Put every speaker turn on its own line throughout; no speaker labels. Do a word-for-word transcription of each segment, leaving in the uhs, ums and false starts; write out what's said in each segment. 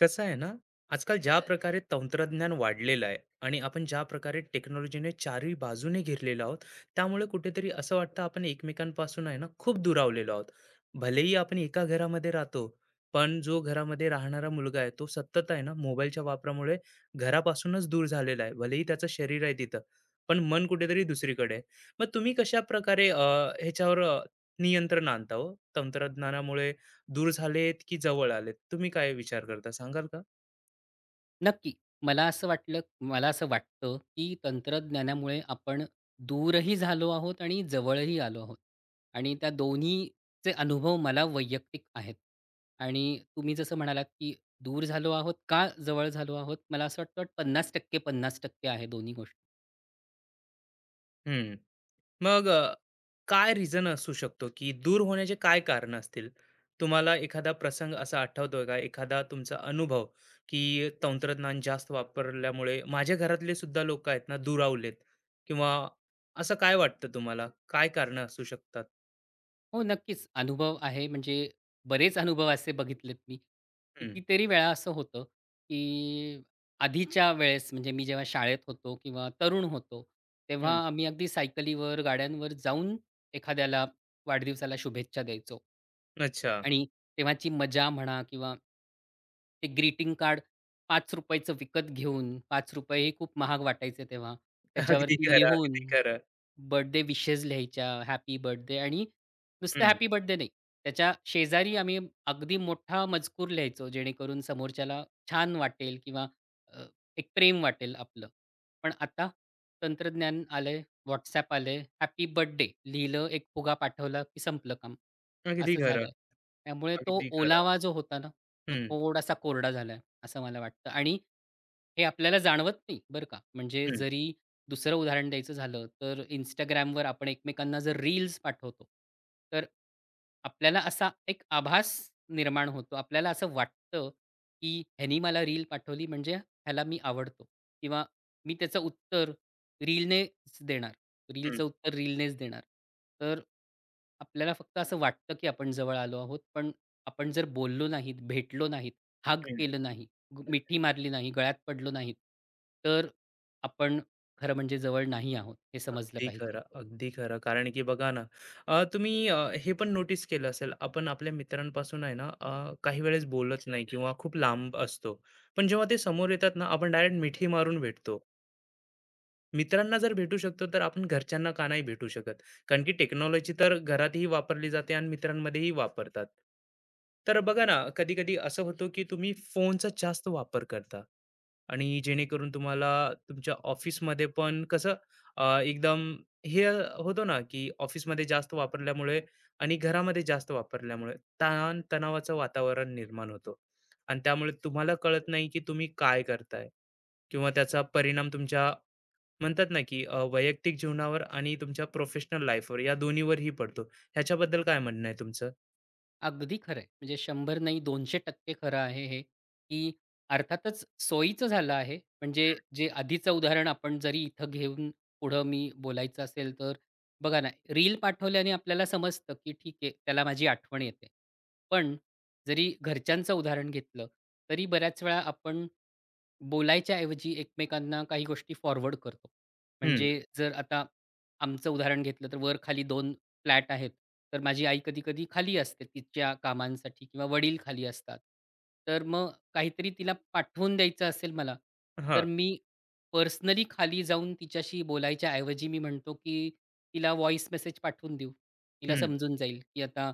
कसं आहे ना, आजकाल ज्या प्रकारे तंत्रज्ञान वाढलेलं आहे आणि आपण ज्या प्रकारे टेक्नॉलॉजीने चारही बाजूने घेरलेलो आहोत, त्यामुळे कुठेतरी असं वाटतं आपण एकमेकांपासून आहे ना, खूप दुरावलेलो आहोत. भलेही आपण एका घरामध्ये राहतो, पण जो घरामध्ये राहणारा मुलगा आहे, तो सतत आहे ना, मोबाईलच्या वापरामुळे घरापासूनच दूर झालेला आहे. भलेही त्याचं शरीर आहे तिथं, पण मन कुठेतरी दुसरीकडे आहे. मग तुम्ही कशाप्रकारे अ, ह्याच्यावर अ, नियंत्रण आणता हो? तंत्रज्ञानामुळे दूर झालेत की जवळ आलेत? तुम्ही काय विचार करता सांगाल का?
नक्की. मला असं वाटलं मला असं वाटतं, की तंत्रज्ञानामुळे आपण दूरही झालो आहोत आणि जवळही आलो आहोत. आणि त्या दोन्हीचे अनुभव मला वैयक्तिक आहेत. आणि तुम्ही जसं म्हणालात, की दूर झालो आहोत का जवळ झालो आहोत? मला असं वाटतं पन्नास टक्के पन्नास टक्के आहे दोन्ही गोष्टी.
हं. मग अ, काय रिझन असू शकतो की दूर होण्याचे काय कारणं असतील? तुम्हाला एखादा प्रसंग असा आठवतोय का? एखादा तुमचा अनुभव की तंत्रज्ञान जास्त वापरल्यामुळे माझ्या घरातले सुद्धा लोकं आहेत ना दुरावलेत किंवा असं काय वाटतं तुम्हाला? काय कारणं असू शकतात?
हो, नक्कीच. अनुभव आहे म्हणजे बरेच अनुभव असे बघितलेत मी.
हं,
कितीतरी वेळा असं होतं, की आधीच्या वेळेस म्हणजे मी जेव्हा शाळेत होतो किंवा तरुण होतो, तेव्हा
हं.
आम्ही अगदी सायकलीवर, गाड्यांवर जाऊन एखाद्याला वाढदिवसाला शुभेच्छा द्यायचो.
अच्छा.
आणि तेव्हाची मजा म्हणा किंवा ते ग्रीटिंग कार्ड ₹पाच रुपयांचं चं विकत घेऊन ₹पाच रुपये हे खूप महाग वाटायचे तेव्हा.
अगदी
त्याच्यावरती
खरं,
लिहून
अगदी खरं.
बर्थडे विशेस लिहायच्या, हॅपी बर्थडे आणि नुसतं
हं.
हॅपी बर्थडे नाही, त्याच्या शेजारी आम्ही अगदी मोठा मजकूर लिहायचो, जेणेकरून समोरच्याला छान वाटेल किंवा अ, एक प्रेम वाटेल आपलं. पण आता तंत्रज्ञान आलंय, WhatsApp आलंय, हॅपी बर्थडे लिहिलं, एक फुगा पाठवला की संपलं काम.
अगदी
असं
खरं,
झालंय. त्यामुळे तो
अगदी खरं.
ओलावा जो होता ना, तो
हं,
थोडासा कोरडा झालाय, असं मला वाटतं आणि हे आपल्याला जाणवत नाही बरं का. म्हणजे
हं,
जरी दुसरं उदाहरण द्यायचं झालं तर Instagramवर आपण एकमेकांना जर रील्स पाठवतो, तर आपल्याला असा एक आभास निर्माण होतो. आपल्याला असं वाटतं, की ह्यानी मला रील पाठवली म्हणजे ह्याला मी आवडतो किंवा मी त्याचं उत्तर रीलनेच देणार.
हं,
रीलचं उत्तर रीलनेच देणार. तर आपल्याला फक्त असं वाटतं, की आपण जवळ आलो आहोत. पण आपण जर बोललो नाहीत, भेटलो नाहीत, हग
हं.
केलं नाही, ग- मिठी मारली नाही, गळ्यात पडलो नाहीत, तर आपण खरं म्हणजे जवळ नाही आहोत हे समजलं
अगदी
पाहिजे.
खरं, अगदी खरं. कारण की बघा ना, अ, तुम्ही अ, हे पण नोटीस केलं असेल, आपण आपल्या मित्रांपासून आहे ना, अ, काही वेळेस बोलत नाही किंवा खूप लांब असतो. पण जेव्हा ते समोर येतात ना, आपण डायरेक्ट मिठी मारून भेटतो. मित्रांना जर भेटू शकतो, तर आपण घरच्यांना का नाही भेटू शकत? कारण की टेक्नॉलॉजी तर घरातही वापरली जाते आणि मित्रांमध्येही वापरतात. तर बघा ना, कधी-कधी असं होतं, की तुम्ही फोनचा जास्त वापर करता आणि जेणेकरून तुम्हाला तुमच्या ऑफिसमध्ये पण कसं अ, एकदम हे होतो ना, की ऑफिसमध्ये जास्त वापरल्यामुळे आणि घरामध्ये जास्त वापरल्यामुळे ताण-तणावाचं वातावरण निर्माण होतं आणि त्यामुळे तुम्हाला कळत नाही, की तुम्ही काय करताय? किंवा त्याचा परिणाम तुमच्या म्हणतात ना की अ, वैयक्तिक जीवनावर आणि तुमच्या प्रोफेशनल लाईफवर या दोन्हीवरही पडतो. ह्याच्याबद्दल काय म्हणणं आहे तुमचं?
अगदी खरं आहे. म्हणजे शंभर नाही दोनशे टक्के खरं आहे हे, की अर्थातच सोयीचं झालं आहे. म्हणजे जे आधीचं उदाहरण आपण जरी इथं घेऊन पुढं मी बोलायचं असेल तर बघा ना, रील पाठवल्याने आपल्याला समजतं, की ठीक आहे त्याला माझी आठवण येते. पण जरी घरच्यांचं उदाहरण घेतलं, तरी बऱ्याच वेळा आपण बोलायच्या ऐवजी एकमेकांना काही गोष्टी फॉरवर्ड करतो.
हं,
म्हणजे जर आता आमचं उदाहरण घेतलं तर वर-खाली दोन फ्लॅट आहेत. तर माझी आई कधी-कधी खाली असते तिच्या कामांसाठी किंवा वडील खाली असतात. तर मग काहीतरी तिला पाठवून द्यायचं असेल मला, तर
हां,
मी पर्सनली खाली जाऊन तिच्याशी बोलायच्या ऐवजी मी म्हणतो, की तिला व्हॉईस मेसेज पाठवून देऊ. तिला
हं,
समजून जाईल, की आता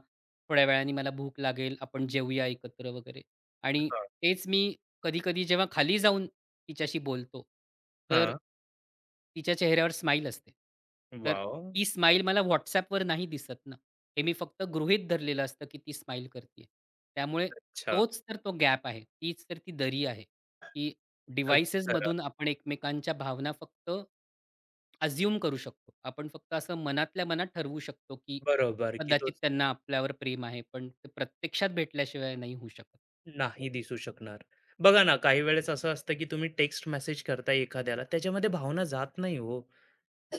थोड्या वेळाने मला भूक लागेल, आपण जेवूया एकत्र वगैरे आणि
हां,
तेच मी कधी-कधी जेव्हा खाली जाऊन तिच्याशी बोलतो, तर
हां.
तिच्या चेहऱ्यावर स्माईल असते. तर
वॉव!
ती स्माईल मला WhatsAppवर नाही दिसत ना. हे मी फक्त गृहीत धरलेलं असतं, की ती स्माईल करतीये. त्यामुळे
अच्छा.
तोच तर तो गॅप आहे. तीच तर ती दरी आहे, की
अगदी खरं.
डिव्हाइसेसमधून आपण एकमेकांच्या भावना फक्त अझ्युम करू शकतो. आपण फक्त असं मनातल्या मनात ठरवू शकतो, की
बरोबर, की तो
कदाचित त्यांना आपल्यावर प्रेम आहे, पण ते प्रत्यक्षात भेटल्याशिवाय नाही होऊ शकत.
नाही दिसू शकणार. बघा ना, काही वेळेस असं असतं की तुम्ही टेक्स्ट मेसेज करताय एखाद्याला त्याच्यामध्ये भावना जात नाही हो.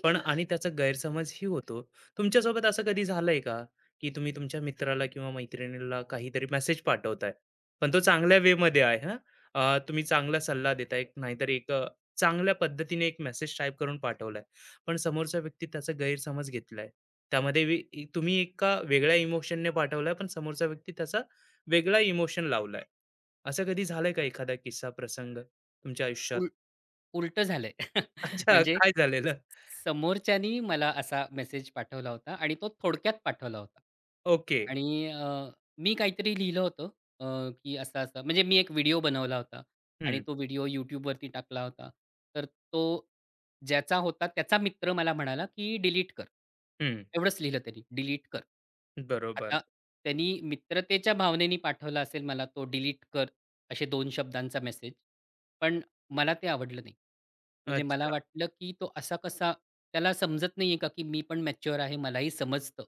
पण आणि त्याचा गैरसमजही होतो. तुमच्यासोबत असं कधी झालंय का, की तुम्ही तुमच्या मित्राला किंवा मैत्रिणीला काहीतरी मेसेज पाठवताय, पण तो चांगल्या वेमध्ये आहे हां. अ, तुम्ही चांगला सल्ला देताय, नाहीतर एक अ, चांगल्या पद्धतीने एक मेसेज टाइप करून पाठवलाय, पण समोरचा व्यक्ती त्याचा गैरसमज घेतलाय. त्यामध्ये वी इ तुम्ही एका वेगळ्या इमोशनने पाठवलाय, पण समोरचा व्यक्ती त्याचा वेगळा इमोशन लावलाय. असं कधी झालंय का एखादा किस्सा, प्रसंग तुमच्या आयुष्यात?
उलटं झालंय.
अच्छा,
म्हणजे
काय झालेलं?
समोरच्यानी मला असा मेसेज पाठवला होता आणि तो थोडक्यात पाठवला होता.
ओके.
आणि अ, मी काहीतरी लिहिलं होतं अ, की असा-असा म्हणजे मी एक व्हिडिओ बनवला होता आणि
हं,
तो व्हिडिओ YouTubeवरती टाकला होता. तर तो ज्याचा होता त्याचा मित्र मला म्हणाला, की "डिलीट कर."
हं.
एवढंच लिहिलं त्यांनी, "डिलीट कर."
बरोबर.
आता त्यांनी मित्रतेच्या भावनेने पाठवला असेल मला तो डिलीट कर असे दोन शब्दांचा मेसेज. पण मला ते आवडलं नाही. म्हणजे मला
अच्छा.
वाटलं, की तो असा कसा त्याला समजत नाहीये का, की मी पण मॅच्युअर आहे, मलाही समजतं.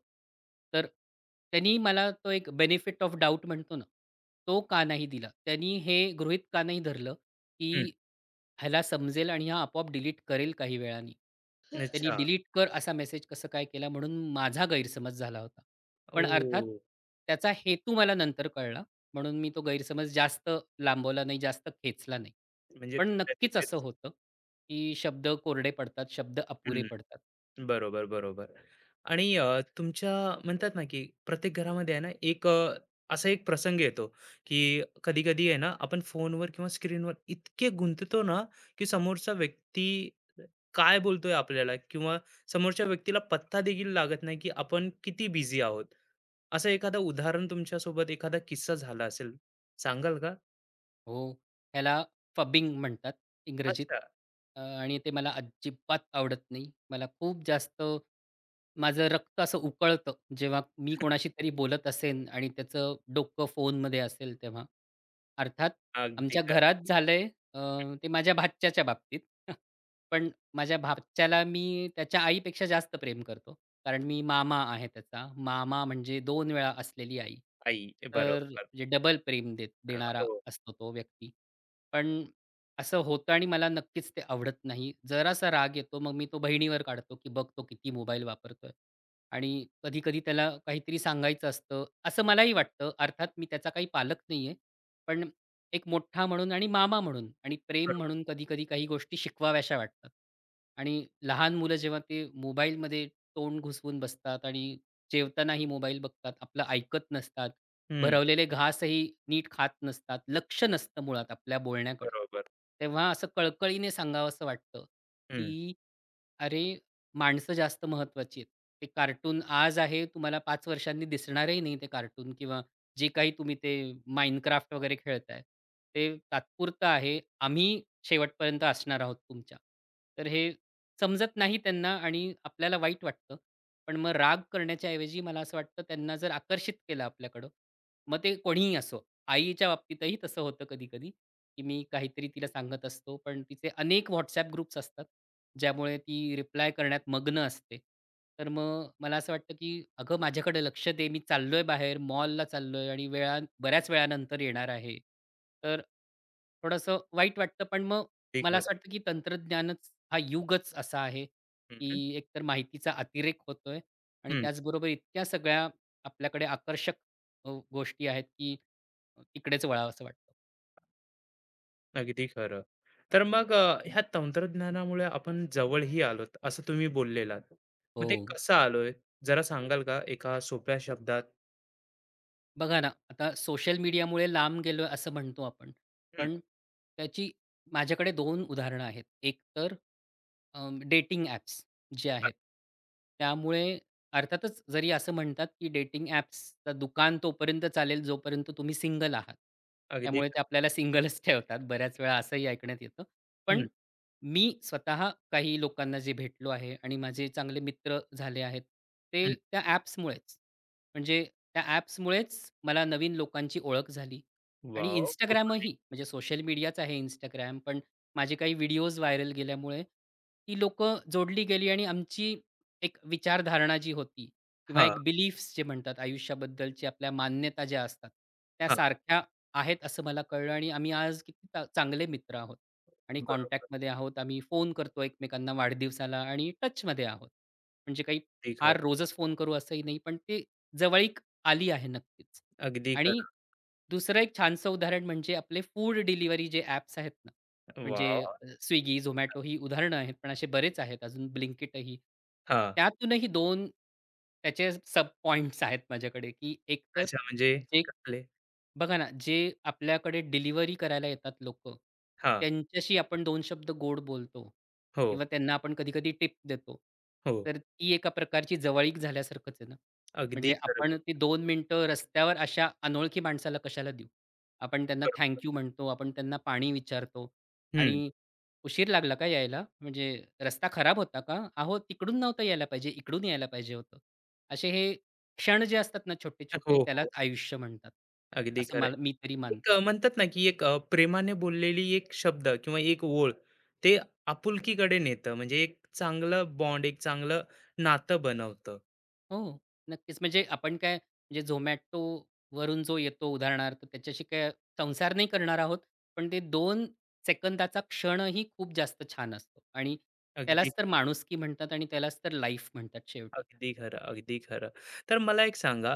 तर त्यांनी मला तो एक बेनिफिट ऑफ डाउट म्हणतो ना, तो का नाही दिला. त्यांनी हे गृहीत का नाही धरलं, की
हं.
ह्याला समजेल आणि हा आपोआप डिलीट करेल काही वेळाने. त्यांनी
अच्छा.
डिलीट कर असा मेसेज कसं काय केला म्हणून माझा गैरसमज झाला होता.
ओ,
पण अर्थात त्याचा हेतू मला नंतर कळला. म्हणून मी तो गैरसमज जास्त लांबवला नाही, जास्त खेचला नाही.
म्हणजे
पण
तिथल्या
नक्कीच असं
तिथेच
होतं, की शब्द कोरडे पडतात, शब्द अपुरे
हं.
पडतात.
बरोबर, बरोबर. आणि अ, तुमच्या म्हणतात ना, की प्रत्येक घरामध्ये आहे ना, एक अ, असा एक प्रसंग येतो, की कधी-कधी आहे ना, आपण फोनवर किंवा स्क्रीनवर इतके गुंततो ना, की समोरचा व्यक्ती काय बोलतोय आपल्याला किंवा समोरच्या व्यक्तीला पत्ता देखील लागत नाही, की आपण किती बिझी आहोत. असं एखादं उदाहरण तुमच्यासोबत एखादा किस्सा झाला असेल, सांगाल का?
हो, ह्याला फबिंग म्हणतात इंग्रजीत.
अच्छा.
अ, आणि ते मला अजिबात आवडत नाही. मला खूप जास्त माझं रक्त असं उकळतं, जेव्हा मी कोणाशी तरी बोलत असेन आणि त्याचं डोकं फोनमध्ये असेल तेव्हा. अर्थात
अगदी
आमच्या घरात झालंय अ, ते माझ्या भाच्याच्या बाबतीत. पण माझ्या भाच्याला मी त्याच्या आईपेक्षा जास्त प्रेम करतो. कारण मी मामा आहे त्याचा. मामा म्हणजे दोन वेळा असलेली आई.
आई.
तर
बरोबर.
म्हणजे डबल प्रेम दे
अ,
देणारा
हो.
असतो तो व्यक्ती. पण असं होतं आणि मला नक्कीच ते आवडत नाही. जरासा राग येतो मग मी तो बहिणीवर काढतो, की बघ तो किती मोबाईल वापरतोय. आणि कधी-कधी त्याला काहीतरी सांगायचं असतं, असं मलाही वाटतं. अर्थात मी त्याचा काही पालक नाहीये. पण एक मोठा म्हणून आणि मामा म्हणून आणि प्रेम
बरोबर.
म्हणून कधी-कधी काही गोष्टी शिकवाव्याशा वाटतात. आणि लहान मुलं जेव्हा ते मोबाईलमध्ये तोंड घुसवून बसतात आणि जेवतानाही मोबाईल बघतात, आपलं ऐकत नसतात,
हं.
भरवलेले घासही नीट खात नसतात, लक्ष नसतं मुळात आपल्या बोलण्याकडे.
बरोबर.
तेव्हा असं कळकळीने सांगावसं वाटतं,
हं.
की अरे, माणसं जास्त महत्त्वाची आहेत. ते कार्टून आज आहे, तुम्हाला पाच वर्षांनी दिसणारही नाही ते कार्टून किंवा जे काही तुम्ही ते Minecraft वगैरे खेळताय, ते तात्पुरतं आहे. आम्ही शेवटपर्यंत असणार आहोत तुमच्या. तर हे समजत नाही त्यांना आणि आपल्याला वाईट वाटतं. पण मग राग करण्याच्या ऐवजी मला असं वाटतं त्यांना जर आकर्षित केलं आपल्याकडं, मग ते कोणीही असो. आईच्या बाबतीतही तसं होतं कधी-कधी, की मी काहीतरी तिला सांगत असतो, पण तिचे अनेक WhatsApp ग्रुप्स असतात. ज्यामुळे ती रिप्लाय करण्यात मग्न असते. तर मग मला असं वाटतं, की "अगं, माझ्याकडे लक्ष दे. मी चाललोय बाहेर, मॉलला चाललोय आणि वेळा बऱ्याच वेळानंतर येणार आहे." तर थोडंसं वाईट वाटतं. पण मग
अगदी
मला
खरं.
असं वाटतं, की तंत्रज्ञानच हा युगच असा आहे,
हं, हं.
की एकतर माहितीचा अतिरेक होतोय आणि
हं.
त्याचबरोबर इतक्या सगळ्या आपल्याकडे आकर्षक अ, गोष्टी आहेत, की तिकडेच वळावसं वाटतं.
अगदी खरं. तर मग अ, ह्या तंत्रज्ञानामुळे आपण जवळही आलोत, असं तुम्ही बोललेलात. मग ते
हो.
कसं आलोय? जरा सांगाल का एका सोप्या शब्दात?
बघा ना, आता सोशल मीडियामुळे लांब गेलोय असं म्हणतो आपण.
हं.
पण त्याची माझ्याकडे दोन उदाहरणं आहेत. एक तर डेटिंग ॲप्स जे आहेत. त्यामुळे अर्थातच जरी असं म्हणतात, की डेटिंग ॲप्सचं दुकान तोपर्यंत चालेल जोपर्यंत तुम्ही सिंगल आहात.
अगदी
त्यामुळे ते आपल्याला सिंगलच ठेवतात. बऱ्याच वेळा असंही ऐकण्यात येतं. पण
हं,
मी स्वतः काही लोकांना जे भेटलो आहे आणि माझे चांगले मित्र झाले आहेत, ते
हं.
त्या ॲप्समुळेच. म्हणजे त्या ॲप्समुळेच मला नवीन लोकांची ओळख झाली आणि
वॉव! खूप
Instagramही म्हणजे सोशल मीडियाच आहे Instagram, पण माझे काही व्हिडिओज व्हायरल गेल्यामुळे ती लोकं जोडली गेली आणि आमची एक विचारधारणा जी होती किंवा
हां,
एक बिलीफ्स जे म्हणतात आयुष्याबद्दलची आपल्या मान्यता ज्या असतात, त्या
हां.
सारख्या आहेत असं मला कळलं आणि आम्ही आज किती चा चांगले मित्र आहोत आणि
बरोबर.
कॉन्टॅक्टमध्ये आहोत. आम्ही फोन करतो एकमेकांना वाढदिवसाला आणि टचमध्ये आहोत. म्हणजे काही
अगदी खरं.
फार रोजच फोन करू असंही नाही, पण ते जवळीक आली आहे नक्कीच.
अगदी
आणि
खरं.
दुसरं एक छानसं उदाहरण म्हणजे आपले फूड डिलिव्हरी जे ॲप्स आहेत ना, म्हणजे
वॉव!
अ, Swiggy, Zomato ही उदाहरणं आहेत, पण असे बरेच आहेत अजून Blinkitही.
हां.
त्यातूनही दोन त्याचे सब पॉइंट्स आहेत माझ्याकडे, की एक तर
अच्छा म्हणजे
जे
कसले?
बघा ना, जे आपल्याकडे डिलिव्हरी करायला येतात लोकं,
हां.
त्यांच्याशी आपण दोन शब्द गोड बोलतो
हो,
किंवा त्यांना आपण कधी-कधी टिप देतो.
हो.
तर ती एका प्रकारची जवळीक झाल्यासारखंच आहे ना.
अगदी
म्हणजे
खरं.
आपण ती दोन मिनिटं रस्त्यावर अशा अनोळखी माणसाला कशाला देऊ? आपण त्यांना
बरोबर.
थँक म्हणतो, आपण त्यांना पाणी विचारतो
हं.
आणि "उशीर लागला का यायला? म्हणजे रस्ता खराब होता का? अहो, तिकडून नव्हतं यायला पाहिजे, इकडून यायला पाहिजे होतं." असे हे क्षण जे असतात ना छोटे-छोटे
हो,
त्यालाच
हो.
आयुष्य म्हणतात.
अगदी
असं
खरं
मला मी तरी
एक
मानतो.
अ, म्हणतात ना, की एक अ, प्रेमाने बोललेली एक शब्द किंवा एक ओळ, ते आपुलकीकडे नेतं. म्हणजे एक चांगलं बॉन्ड, एक चांगलं नातं बनवतं.
हो, नक्कीच. म्हणजे आपण काय म्हणजे Zomatoवरून जो येतो उदाहरणार्थ त्याच्याशी काय संसार नाही करणार आहोत. पण ते दोन सेकंदाचा क्षणही खूप जास्त छान असतो आणि
अगदी
त्यालाच तर माणुसकी म्हणतात आणि त्यालाच तर लाईफ म्हणतात शेवटी.
अगदी खरं, अगदी खरं. तर मला एक सांगा,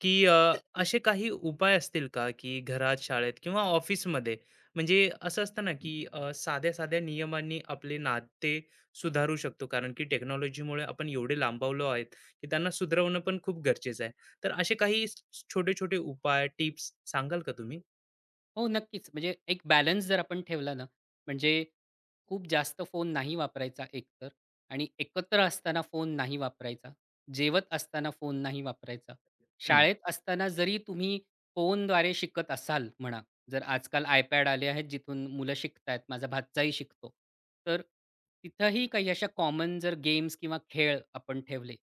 की अ, असे काही उपाय असतील का, की घरात, शाळेत किंवा ऑफिसमध्ये म्हणजे असं असतं ना, की अ, साध्या-साध्या नियमांनी आपले नाते सुधारू शकतो. कारण की टेक्नॉलॉजीमुळे आपण एवढे लांबवलो आहेत, की त्यांना सुधारवणं पण खूप गरजेचं आहे. तर असे काही स छोटे-छोटे उपाय, टिप्स सांगाल का तुम्ही?
हो, नक्कीच. म्हणजे एक बॅलन्स जर आपण ठेवला ना, म्हणजे खूप जास्त फोन नाही वापरायचा एकतर आणि एकत्र असताना फोन नाही वापरायचा. जेवत असताना फोन नाही वापरायचा.
हं,
शाळेत असताना जरी तुम्ही फोनद्वारे शिकत असाल म्हणा, जर आजकाल iPad आले आहेत जिथून मुलं शिकतायत. माझा भाच्याही शिकतो. तर तिथंही काही अशा कॉमन जर गेम्स किंवा खेळ आपण ठेवले,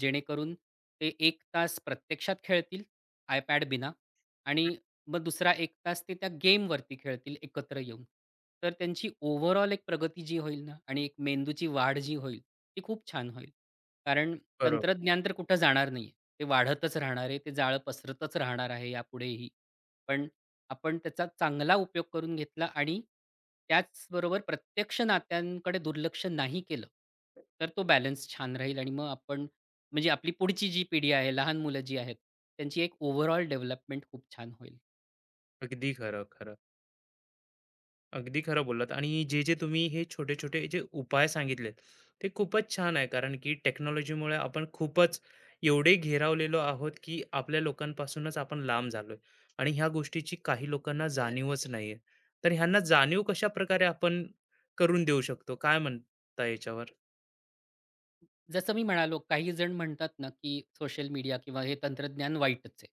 जेणेकरून ते एक तास प्रत्यक्षात खेळतील iPad बिना आणि मग दुसरा एक तास ते त्या गेमवरती खेळतील एकत्र येऊन. तर त्यांची ओव्हरऑल एक प्रगती जी होईल ना आणि एक मेंदूची वाढ जी होईल, ती खूप छान होईल. कारण
बरोबर.
तंत्रज्ञान तर कुठं जाणार नाही आहे. ते वाढतच राहणार आहे. ते जाळं पसरतच राहणार आहे यापुढेही. पण आपण त्याचा चांगला उपयोग करून घेतला आणि त्याचबरोबर प्रत्यक्ष नात्यांकडे दुर्लक्ष नाही केलं, तर तो बॅलन्स छान राहील आणि मग आपण म्हणजे आपली पुढची जी पिढी आहे, लहान मुलं जी आहेत, त्यांची एक ओव्हरऑल डेव्हलपमेंट खूप छान होईल.
अगदी खरं, खरं. अगदी खरं बोललात आणि जे जे तुम्ही हे छोटे छोटे जे उपाय सांगितलेत ते खूपच छान आहे कारण की टेक्नॉलॉजीमुळे आपण खूपच एवढे घेरावलेलो आहोत की आपल्या लोकांपासूनच आपण लांब झालोय आणि ह्या गोष्टीची काही लोकांना जाणीवच नाहीये तर ह्यांना जाणीव कशा प्रकारे आपण करून देऊ शकतो काय म्हणता याच्यावर?
जसं मी म्हणालो, काही जण म्हणतात ना, की सोशल मीडिया किंवा हे तंत्रज्ञान वाईटच आहे.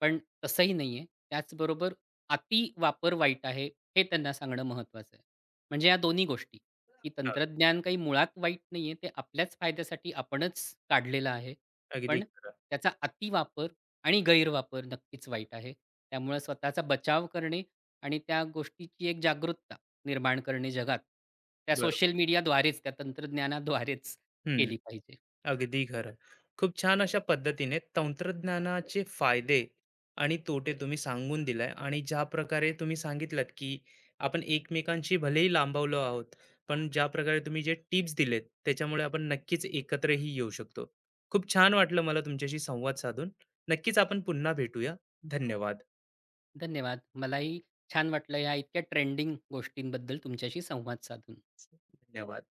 पण तसंही नाही आहे. त्याचबरोबर अति वापर वाईट आहे, हे त्यांना सांगणं महत्त्वाचं आहे. म्हणजे या दोन्ही गोष्टी, की
हा,
तंत्रज्ञान काही मुळात वाईट नाही आहे. ते आपल्याच फायद्यासाठी आपणच काढलेलं आहे.
अगदी
पण
खरं.
त्याचा अतिवापर आणि गैरवापर नक्कीच वाईट आहे. त्यामुळे स्वतःचा बचाव करणे आणि त्या गोष्टीची एक जागरूकता निर्माण करणे जगात, त्या
बरं.
सोशल मीडियाद्वारेच, त्या तंत्रज्ञानाद्वारेच
हम्म.
केली पाहिजे.
अगदी खरं. खूप छान अशा पद्धतीने तंत्रज्ञानाचे फायदे आणि तोटे तुम्ही सांगून दिलाय आणि ज्या प्रकारे तुम्ही सांगितलंत, की आपण एकमेकांशी भलेही लांबवलो आहोत, पण ज्या प्रकारे तुम्ही जे टिप्स दिलेत, त्याच्यामुळे आपण नक्कीच एकत्रही येऊ शकतो. खूप छान वाटलं मला तुमच्याशी संवाद साधून. नक्कीच आपण पुन्हा भेटूया. धन्यवाद.
धन्यवाद. मलाही छान वाटलं ह्या इतक्या ट्रेंडिंग गोष्टींबद्दल तुमच्याशी संवाद साधून.
धन्यवाद.